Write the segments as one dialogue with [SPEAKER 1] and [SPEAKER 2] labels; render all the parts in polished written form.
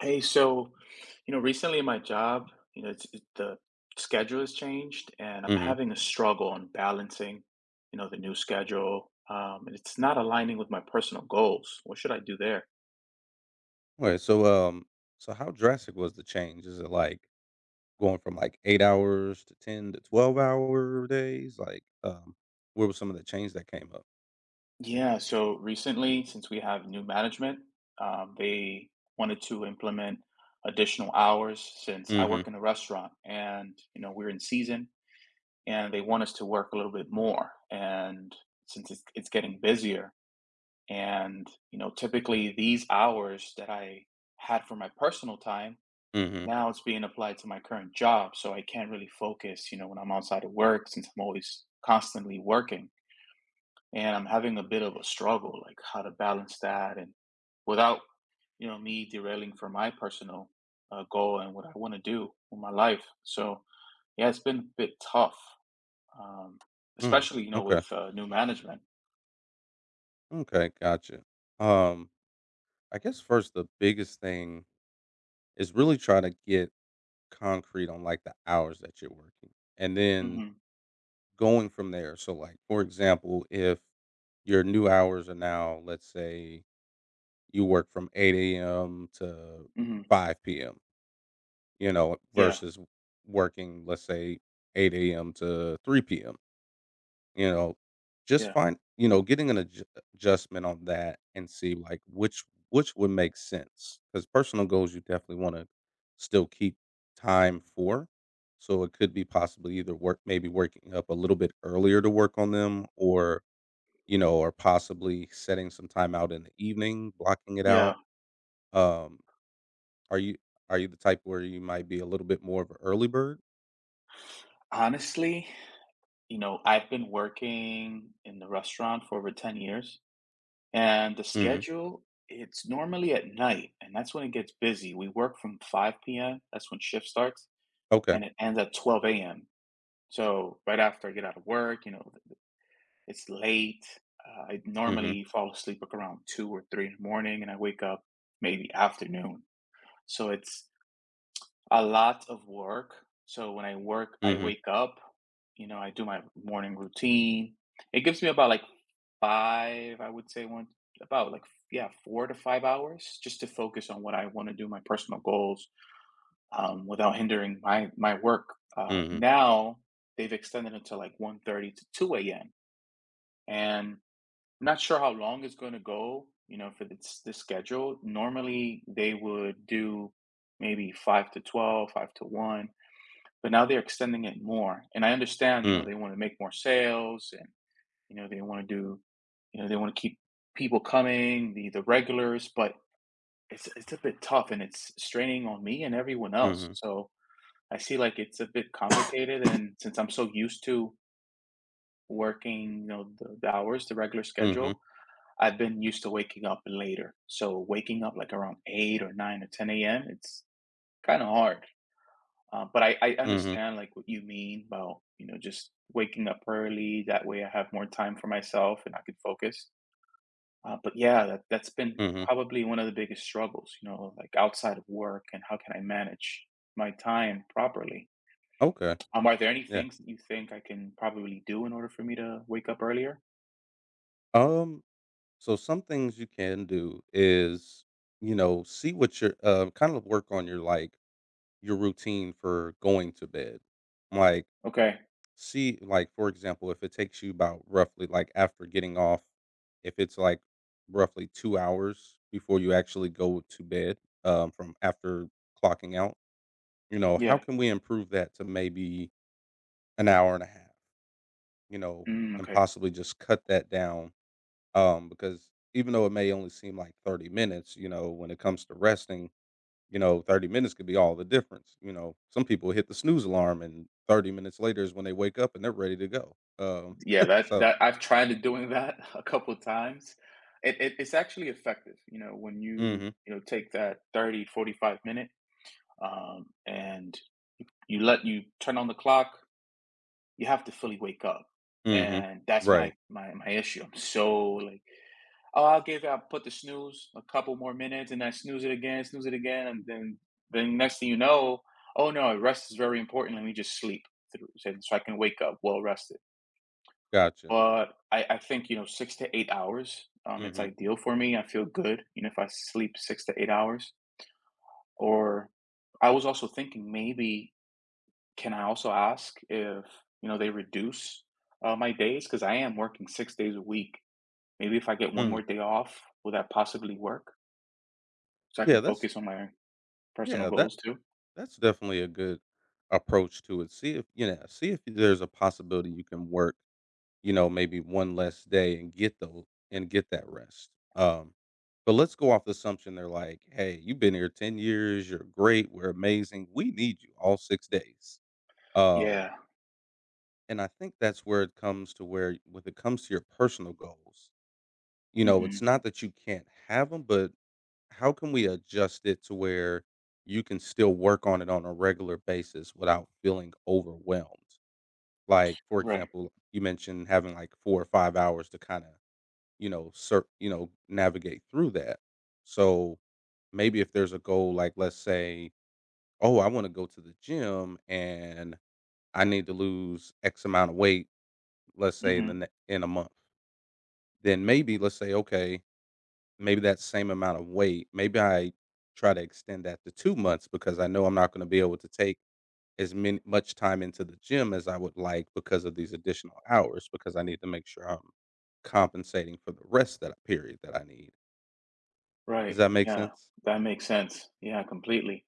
[SPEAKER 1] Hey, so, recently in my job, the schedule has changed and I'm
[SPEAKER 2] Mhm.
[SPEAKER 1] having a struggle on balancing, the new schedule. And it's not aligning with my personal goals. What should I do there?
[SPEAKER 2] Alright, so how drastic was the change? Is it, like, going from, like, 8 hours to 10 to 12-hour-hour days? Like, what was some of the change that came up?
[SPEAKER 1] Yeah, so recently, since we have new management, they wanted to implement additional hours since I
[SPEAKER 2] Mhm,
[SPEAKER 1] work in a restaurant and, we're in season and they want us to work a little bit more. And since it's getting busier, and, typically these hours that I had for my personal time,
[SPEAKER 2] mhm,
[SPEAKER 1] now it's being applied to my current job. So I can't really focus, when I'm outside of work since I'm always constantly working. And I'm having a bit of a struggle, like how to balance that and without, me derailing from my personal goal and what I want to do with my life. So yeah, it's been a bit tough, um,
[SPEAKER 2] mm,
[SPEAKER 1] especially,
[SPEAKER 2] okay,
[SPEAKER 1] with new management.
[SPEAKER 2] okay, gotcha. Um, I guess first the biggest thing is really try to get concrete on, like, the hours that you're working, and then
[SPEAKER 1] Hmm.
[SPEAKER 2] going from there. So, like, for example, if your new hours are now, let's say you work from 8 a.m. to
[SPEAKER 1] Hmm.
[SPEAKER 2] 5 p.m.,
[SPEAKER 1] Yeah.
[SPEAKER 2] versus working, let's say, 8 a.m. to 3 p.m., you know, just
[SPEAKER 1] Yeah.
[SPEAKER 2] find, getting an adjustment on that and see like which would make sense because personal goals you definitely want to still keep time for. So it could be possibly either work, maybe working up a little bit earlier to work on them or possibly setting some time out in the evening, blocking it
[SPEAKER 1] Yeah.
[SPEAKER 2] out. Um, Are you are you the type where you might be a little bit more of an early bird?
[SPEAKER 1] Honestly, I've been working in the restaurant for over 10 years, and the
[SPEAKER 2] Mhm.
[SPEAKER 1] schedule, it's normally at night, and that's when it gets busy. We work from 5 p.m., that's when shift starts,
[SPEAKER 2] Okay.
[SPEAKER 1] and it ends at 12 a.m. So right after I get out of work, it's late. I
[SPEAKER 2] Mhm.
[SPEAKER 1] normally fall asleep like around 2 or 3 in the morning, and I wake up maybe afternoon. So it's a lot of work. So when I work, I
[SPEAKER 2] Mhm.
[SPEAKER 1] wake up, I do my morning routine. It gives me about like 5, I would say one, about like, yeah, 4 to 5 hours just to focus on what I wanna do, my personal goals, without hindering my work.
[SPEAKER 2] Mhm.
[SPEAKER 1] Now they've extended it to like 1:30 to 2 a.m., and I'm not sure how long it's gonna go, for this schedule. Normally, they would do maybe 5 to 12, 5 to 1, but now they're extending it more, and I understand,
[SPEAKER 2] Mm.
[SPEAKER 1] they wanna make more sales and you know, they want to do, they want to keep people coming, the regulars, but it's a bit tough and it's straining on me and everyone else.
[SPEAKER 2] Mhm.
[SPEAKER 1] So I see like it's a bit complicated, and since I'm so used to working, the hours, the regular
[SPEAKER 2] Mhm.
[SPEAKER 1] schedule, I've been used to waking up later. So waking up like around eight or nine or ten a.m. It's kind of hard. But I
[SPEAKER 2] Mhm.
[SPEAKER 1] understand like what you mean about just waking up early. That way I have more time for myself and I can focus. But yeah, that's been
[SPEAKER 2] Mhm.
[SPEAKER 1] probably one of the biggest struggles, like outside of work and how can I manage my time properly?
[SPEAKER 2] Okay.
[SPEAKER 1] Are there any
[SPEAKER 2] Yeah.
[SPEAKER 1] things that you think I can probably do in order for me to wake up earlier?
[SPEAKER 2] Um so some things you can do is, see what your kind of work on your like your routine for going to bed. Like
[SPEAKER 1] Okay.
[SPEAKER 2] See, like, for example, if it takes you about roughly, like, after getting off, if it's, like, roughly 2 hours before you actually go to bed, from after clocking out, how
[SPEAKER 1] Yeah.
[SPEAKER 2] can we improve that to maybe an hour and a half, you know,
[SPEAKER 1] Mm,
[SPEAKER 2] and
[SPEAKER 1] okay.
[SPEAKER 2] possibly just cut that down? Because even though it may only seem like 30 minutes, when it comes to resting, 30 minutes could be all the difference. You know, some people hit the snooze alarm and 30 minutes later is when they wake up and they're ready to go.
[SPEAKER 1] Yeah, that
[SPEAKER 2] So,
[SPEAKER 1] that I've tried to doing that a couple of times. It's actually effective, when you,
[SPEAKER 2] mhm,
[SPEAKER 1] you know, take that 30-45 minute and you turn on the clock, you have to fully wake up.
[SPEAKER 2] mhm,
[SPEAKER 1] And that's my
[SPEAKER 2] right,
[SPEAKER 1] my my issue. I'm so like, oh, I'll put the snooze a couple more minutes and I snooze it again, and then next thing you know, oh no, rest is very important. Let me just sleep through so I can wake up well rested.
[SPEAKER 2] gotcha.
[SPEAKER 1] But I think, 6 to 8 hours, it's
[SPEAKER 2] Mhm,
[SPEAKER 1] ideal for me. I feel good, if I sleep 6 to 8 hours. Or I was also thinking maybe can I also ask if, they reduce, my days, because I am working 6 days a week. Maybe if I get 1
[SPEAKER 2] mm.
[SPEAKER 1] more day off, will that possibly work? So I
[SPEAKER 2] yeah,
[SPEAKER 1] can
[SPEAKER 2] that's
[SPEAKER 1] focus on my personal
[SPEAKER 2] yeah, that
[SPEAKER 1] goals too?
[SPEAKER 2] that's definitely a good approach to it. See if there's a possibility you can work, maybe one less day and get those and get that rest. Um, but let's go off the assumption they're like, hey, you've been here 10 years. You're great. We're amazing. We need you all 6 days. Um,
[SPEAKER 1] Yeah.
[SPEAKER 2] and I think that's where it comes to where when it comes to your personal goals, it's
[SPEAKER 1] Mhm.
[SPEAKER 2] not that you can't have them, but how can we adjust it to where you can still work on it on a regular basis without feeling overwhelmed? Like, for
[SPEAKER 1] Right.
[SPEAKER 2] example, you mentioned having like 4 or 5 hours to kind of, navigate through that. So maybe if there's a goal, like let's say, oh, I want to go to the gym and I need to lose X amount of weight let's say
[SPEAKER 1] Mhm.
[SPEAKER 2] in a month, then maybe let's say, okay, maybe that same amount of weight, maybe I try to extend that to 2 months because I know I'm not going to be able to take as much time into the gym as I would like because of these additional hours because I need to make sure I'm compensating for the rest that period that I need. Does
[SPEAKER 1] Right.
[SPEAKER 2] that make
[SPEAKER 1] Yeah.
[SPEAKER 2] sense?
[SPEAKER 1] That makes sense. Yeah, completely.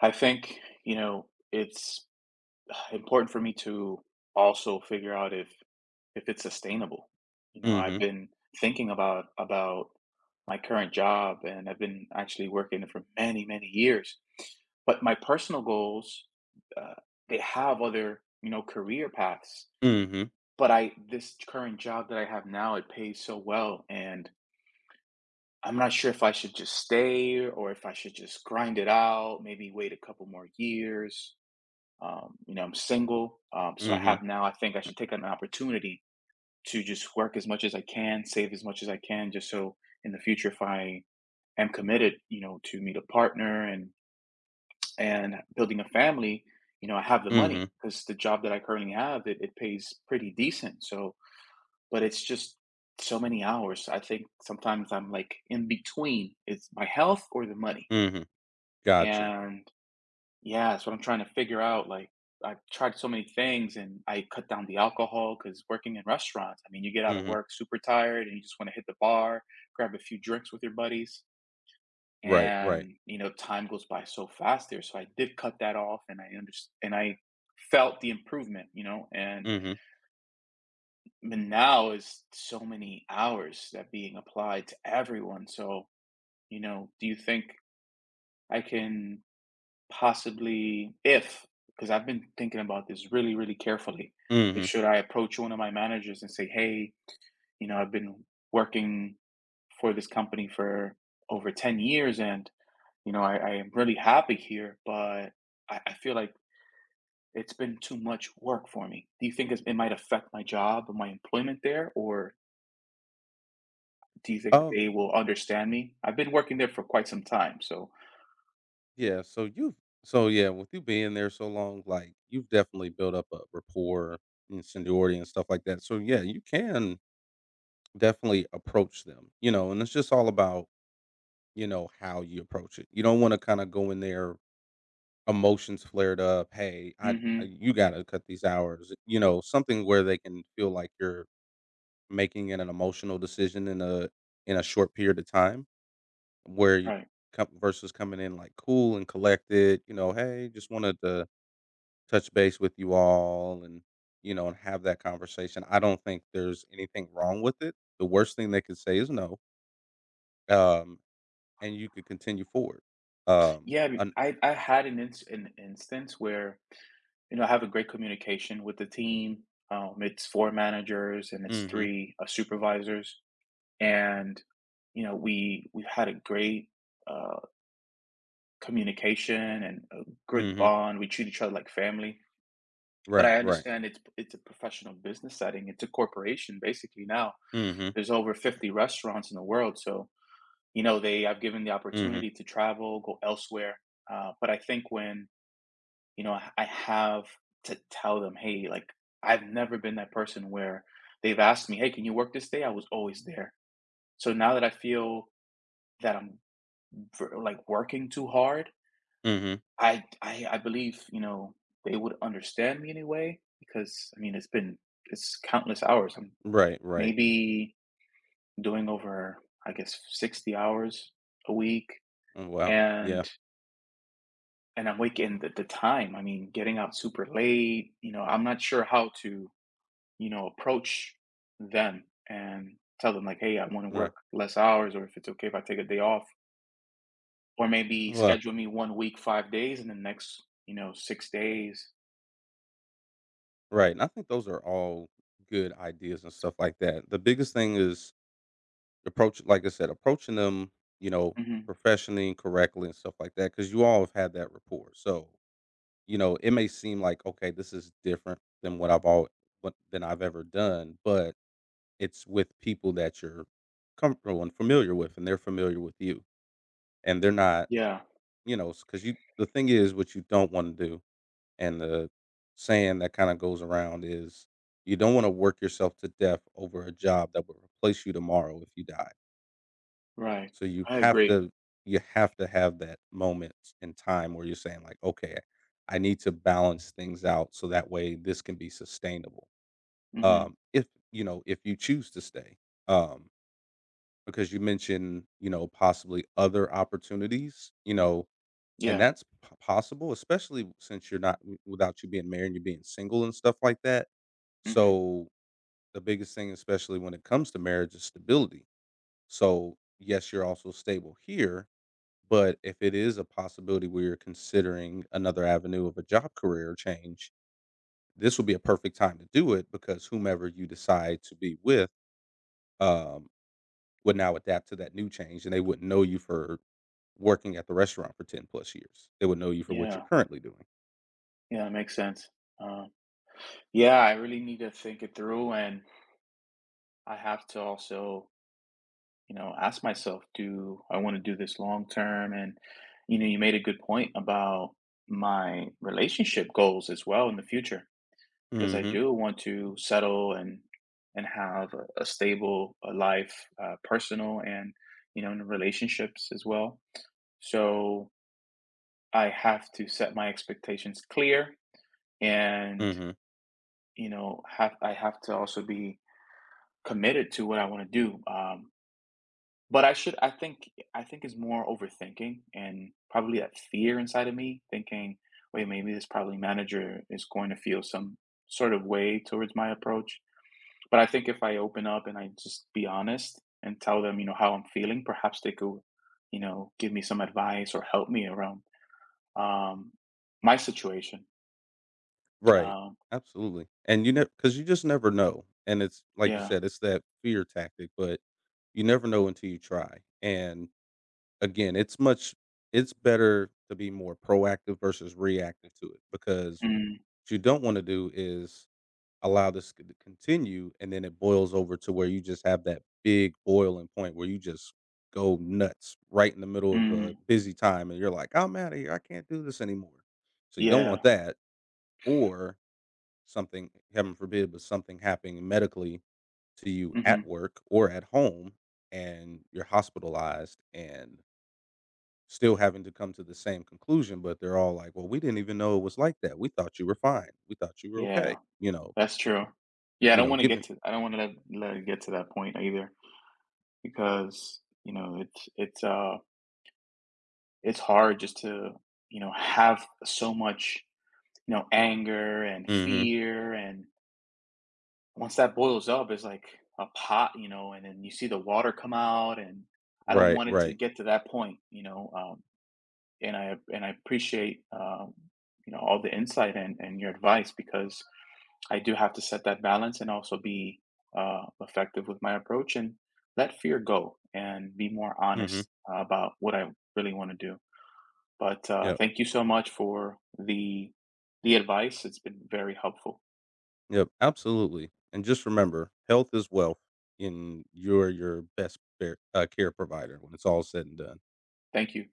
[SPEAKER 1] I think, it's important for me to also figure out if it's sustainable. You know, I've
[SPEAKER 2] Mm-hmm.
[SPEAKER 1] been thinking about my current job and I've been actually working for many, many years. But my personal goals, uh, they have other, career paths.
[SPEAKER 2] Mm-hmm.
[SPEAKER 1] But I this current job that I have now, it pays so well and I'm not sure if I should just stay or if I should just grind it out, maybe wait a couple more years. I'm single, so I
[SPEAKER 2] Mm-hmm.
[SPEAKER 1] have now. I think I should take an opportunity to just work as much as I can, save as much as I can, just so in the future, if I am committed, to meet a partner and building a family, I have the
[SPEAKER 2] Mm-hmm.
[SPEAKER 1] money because the job that I currently have it pays pretty decent. So, but it's just so many hours. I think sometimes I'm like in between. It's my health or the money,
[SPEAKER 2] Mm-hmm. Gotcha.
[SPEAKER 1] and yeah, that's what I'm trying to figure out. Like, I've tried so many things and I cut down the alcohol because working in restaurants, I mean, you get out of
[SPEAKER 2] Mm-hmm.
[SPEAKER 1] work super tired and you just want to hit the bar, grab a few drinks with your buddies.
[SPEAKER 2] Right. Right.
[SPEAKER 1] And, time goes by so fast there. So I did cut that off and I understand and I felt the improvement, you know, and
[SPEAKER 2] Mm-hmm.
[SPEAKER 1] but now is so many hours that being applied to everyone. So, do you think I can, possibly if, because I've been thinking about this really, really carefully, if
[SPEAKER 2] Mm-hmm.
[SPEAKER 1] should I approach one of my managers and say, hey, I've been working for this company for over 10 years and, I am really happy here, but I feel like it's been too much work for me. Do you think it might affect my job and my employment there? Or do you think
[SPEAKER 2] Um,
[SPEAKER 1] they will understand me? I've been working there for quite some time. So.
[SPEAKER 2] Yeah, so you've yeah, with you being there so long, like you've definitely built up a rapport and seniority and stuff like that. So yeah, you can definitely approach them, and it's just all about, how you approach it. You don't want to kind of go in there emotions flared up, hey, I
[SPEAKER 1] Hmm.
[SPEAKER 2] you got to cut these hours, you know, something where they can feel like you're making it an emotional decision in a short period of time where you
[SPEAKER 1] Right.
[SPEAKER 2] come versus coming in like cool and collected, you know, hey, just wanted to touch base with you all and have that conversation. I don't think there's anything wrong with it. The worst thing they could say is no, um, and you could continue forward. Um,
[SPEAKER 1] Yeah,
[SPEAKER 2] an
[SPEAKER 1] I had an instance where, I have a great communication with the team. It's four managers and it's
[SPEAKER 2] Mhm,
[SPEAKER 1] three supervisors, and you know we've had a great uh, communication and a good
[SPEAKER 2] mhm,
[SPEAKER 1] bond. We treat each other like family. But
[SPEAKER 2] right,
[SPEAKER 1] I
[SPEAKER 2] right,
[SPEAKER 1] understand it's a professional business setting. It's a corporation basically now.
[SPEAKER 2] mhm,
[SPEAKER 1] There's over 50 restaurants in the world, so you know they I've given the
[SPEAKER 2] mhm,
[SPEAKER 1] opportunity to travel, go elsewhere. But I think when you know, I have to tell them, "Hey, like, I've never been that person where they've asked me, hey, can you work this day?" I was always there. So now that I feel that I'm working too hard,
[SPEAKER 2] mhm,
[SPEAKER 1] I believe, you know, they would understand me anyway, because, I mean, it's countless hours. I'm
[SPEAKER 2] right, right.
[SPEAKER 1] maybe doing over, I guess, 60 hours a week,
[SPEAKER 2] Oh, wow, yeah,
[SPEAKER 1] and I'm waking the time, I mean, getting out super late, you know, I'm not sure how to, you know, approach them and tell them like, "Hey, I want to
[SPEAKER 2] right,
[SPEAKER 1] work less hours, or if it's okay if I take a day off, or maybe
[SPEAKER 2] well,
[SPEAKER 1] schedule me one week, 5 days, and the next, you know, 6 days."
[SPEAKER 2] right. And I think those are all good ideas and stuff like that. The biggest thing is approach, like I said, approaching them, you know,
[SPEAKER 1] Hmm.
[SPEAKER 2] professionally and correctly and stuff like that, because you all have had that rapport. So you know, it may seem like, okay, this is different than what than I've ever done, but it's with people that you're comfortable and familiar with, and they're familiar with you, and they're not,
[SPEAKER 1] Yeah,
[SPEAKER 2] you know, because you the thing is what you don't want to do, and the saying that kind of goes around is you don't want to work yourself to death over a job that will replace you tomorrow if you die.
[SPEAKER 1] right.
[SPEAKER 2] So you
[SPEAKER 1] I
[SPEAKER 2] have
[SPEAKER 1] agree.
[SPEAKER 2] to you have to have that moment in time where you're saying like, "Okay, I need to balance things out so that way this can be sustainable."
[SPEAKER 1] Hmm.
[SPEAKER 2] If you choose to stay, um, because you mentioned, possibly other opportunities, you know, and
[SPEAKER 1] Yeah.
[SPEAKER 2] that's p possible, especially since you're not w without you being married, you're being single and stuff like that.
[SPEAKER 1] Hmm.
[SPEAKER 2] So, the biggest thing, especially when it comes to marriage, is stability. So, yes, you're also stable here, but if it is a possibility where you're considering another avenue of a job career change, this would be a perfect time to do it because whomever you decide to be with um, would now adapt to that new change and they wouldn't know you for working at the restaurant for 10 plus years. They would know you for what you're
[SPEAKER 1] Yeah.
[SPEAKER 2] currently doing.
[SPEAKER 1] Yeah, that makes sense. Uh, yeah, I really need to think it through, and I have to also, you know, ask myself, do I want to do this long term? And you know, you made a good point about my relationship goals as well in the future, because I
[SPEAKER 2] Mm-hmm.
[SPEAKER 1] do want to settle and have a stable life, personal and, you know, in relationships as well, so I have to set my expectations clear, and
[SPEAKER 2] Mm-hmm.
[SPEAKER 1] you know have I have to also be committed to what I want to do. But I think it's more overthinking and probably that fear inside of me thinking, "Wait, maybe this probably manager is going to feel some sort of way towards my approach." But I think if I open up and I just be honest and tell them, you know, how I'm feeling, perhaps they could, you know, give me some advice or help me around, um, my situation.
[SPEAKER 2] Right.
[SPEAKER 1] Um,
[SPEAKER 2] Absolutely. And you know, because you just never know. And it's like you
[SPEAKER 1] yeah.
[SPEAKER 2] said, it's that fear tactic, but you never know until you try. And again, it's much it's better to be more proactive versus reactive to it because
[SPEAKER 1] Mm,
[SPEAKER 2] what you don't want to do is allow this to continue and then it boils over to where you just have that big boiling point where you just go nuts right in the middle of a
[SPEAKER 1] mm,
[SPEAKER 2] busy time and you're like, I'm out of here. I can't do this anymore. So you don't
[SPEAKER 1] yeah.
[SPEAKER 2] want that or something, heaven forbid, but something happening medically to you at
[SPEAKER 1] Mhm.
[SPEAKER 2] work or at home and you're hospitalized and still having to come to the same conclusion, but they're all like, "Well, we didn't even know it was like that. We thought you were fine. We thought you were
[SPEAKER 1] Yeah,
[SPEAKER 2] okay."
[SPEAKER 1] that's true. Yeah, I
[SPEAKER 2] You
[SPEAKER 1] don't
[SPEAKER 2] know,
[SPEAKER 1] wanna
[SPEAKER 2] given
[SPEAKER 1] let it get to that point either. Because you know it's hard just to, you know, have so much, you know, anger and
[SPEAKER 2] Mhm.
[SPEAKER 1] fear, and once that boils up, it's like a pot, you know, and then you see the water come out, and I don't
[SPEAKER 2] Right,
[SPEAKER 1] want it to
[SPEAKER 2] right.
[SPEAKER 1] get to that point, you know. And I appreciate, you know, all the insight and, your advice, because I do have to set that balance and also be effective with my approach and let fear go and be more
[SPEAKER 2] Mhm.
[SPEAKER 1] honest, about what I really want to do. But
[SPEAKER 2] Yep.
[SPEAKER 1] thank you so much for the advice. It's been very helpful.
[SPEAKER 2] Yep, absolutely. And just remember, health is wealth, and you're your best bear care provider when it's all said and done.
[SPEAKER 1] Thank you.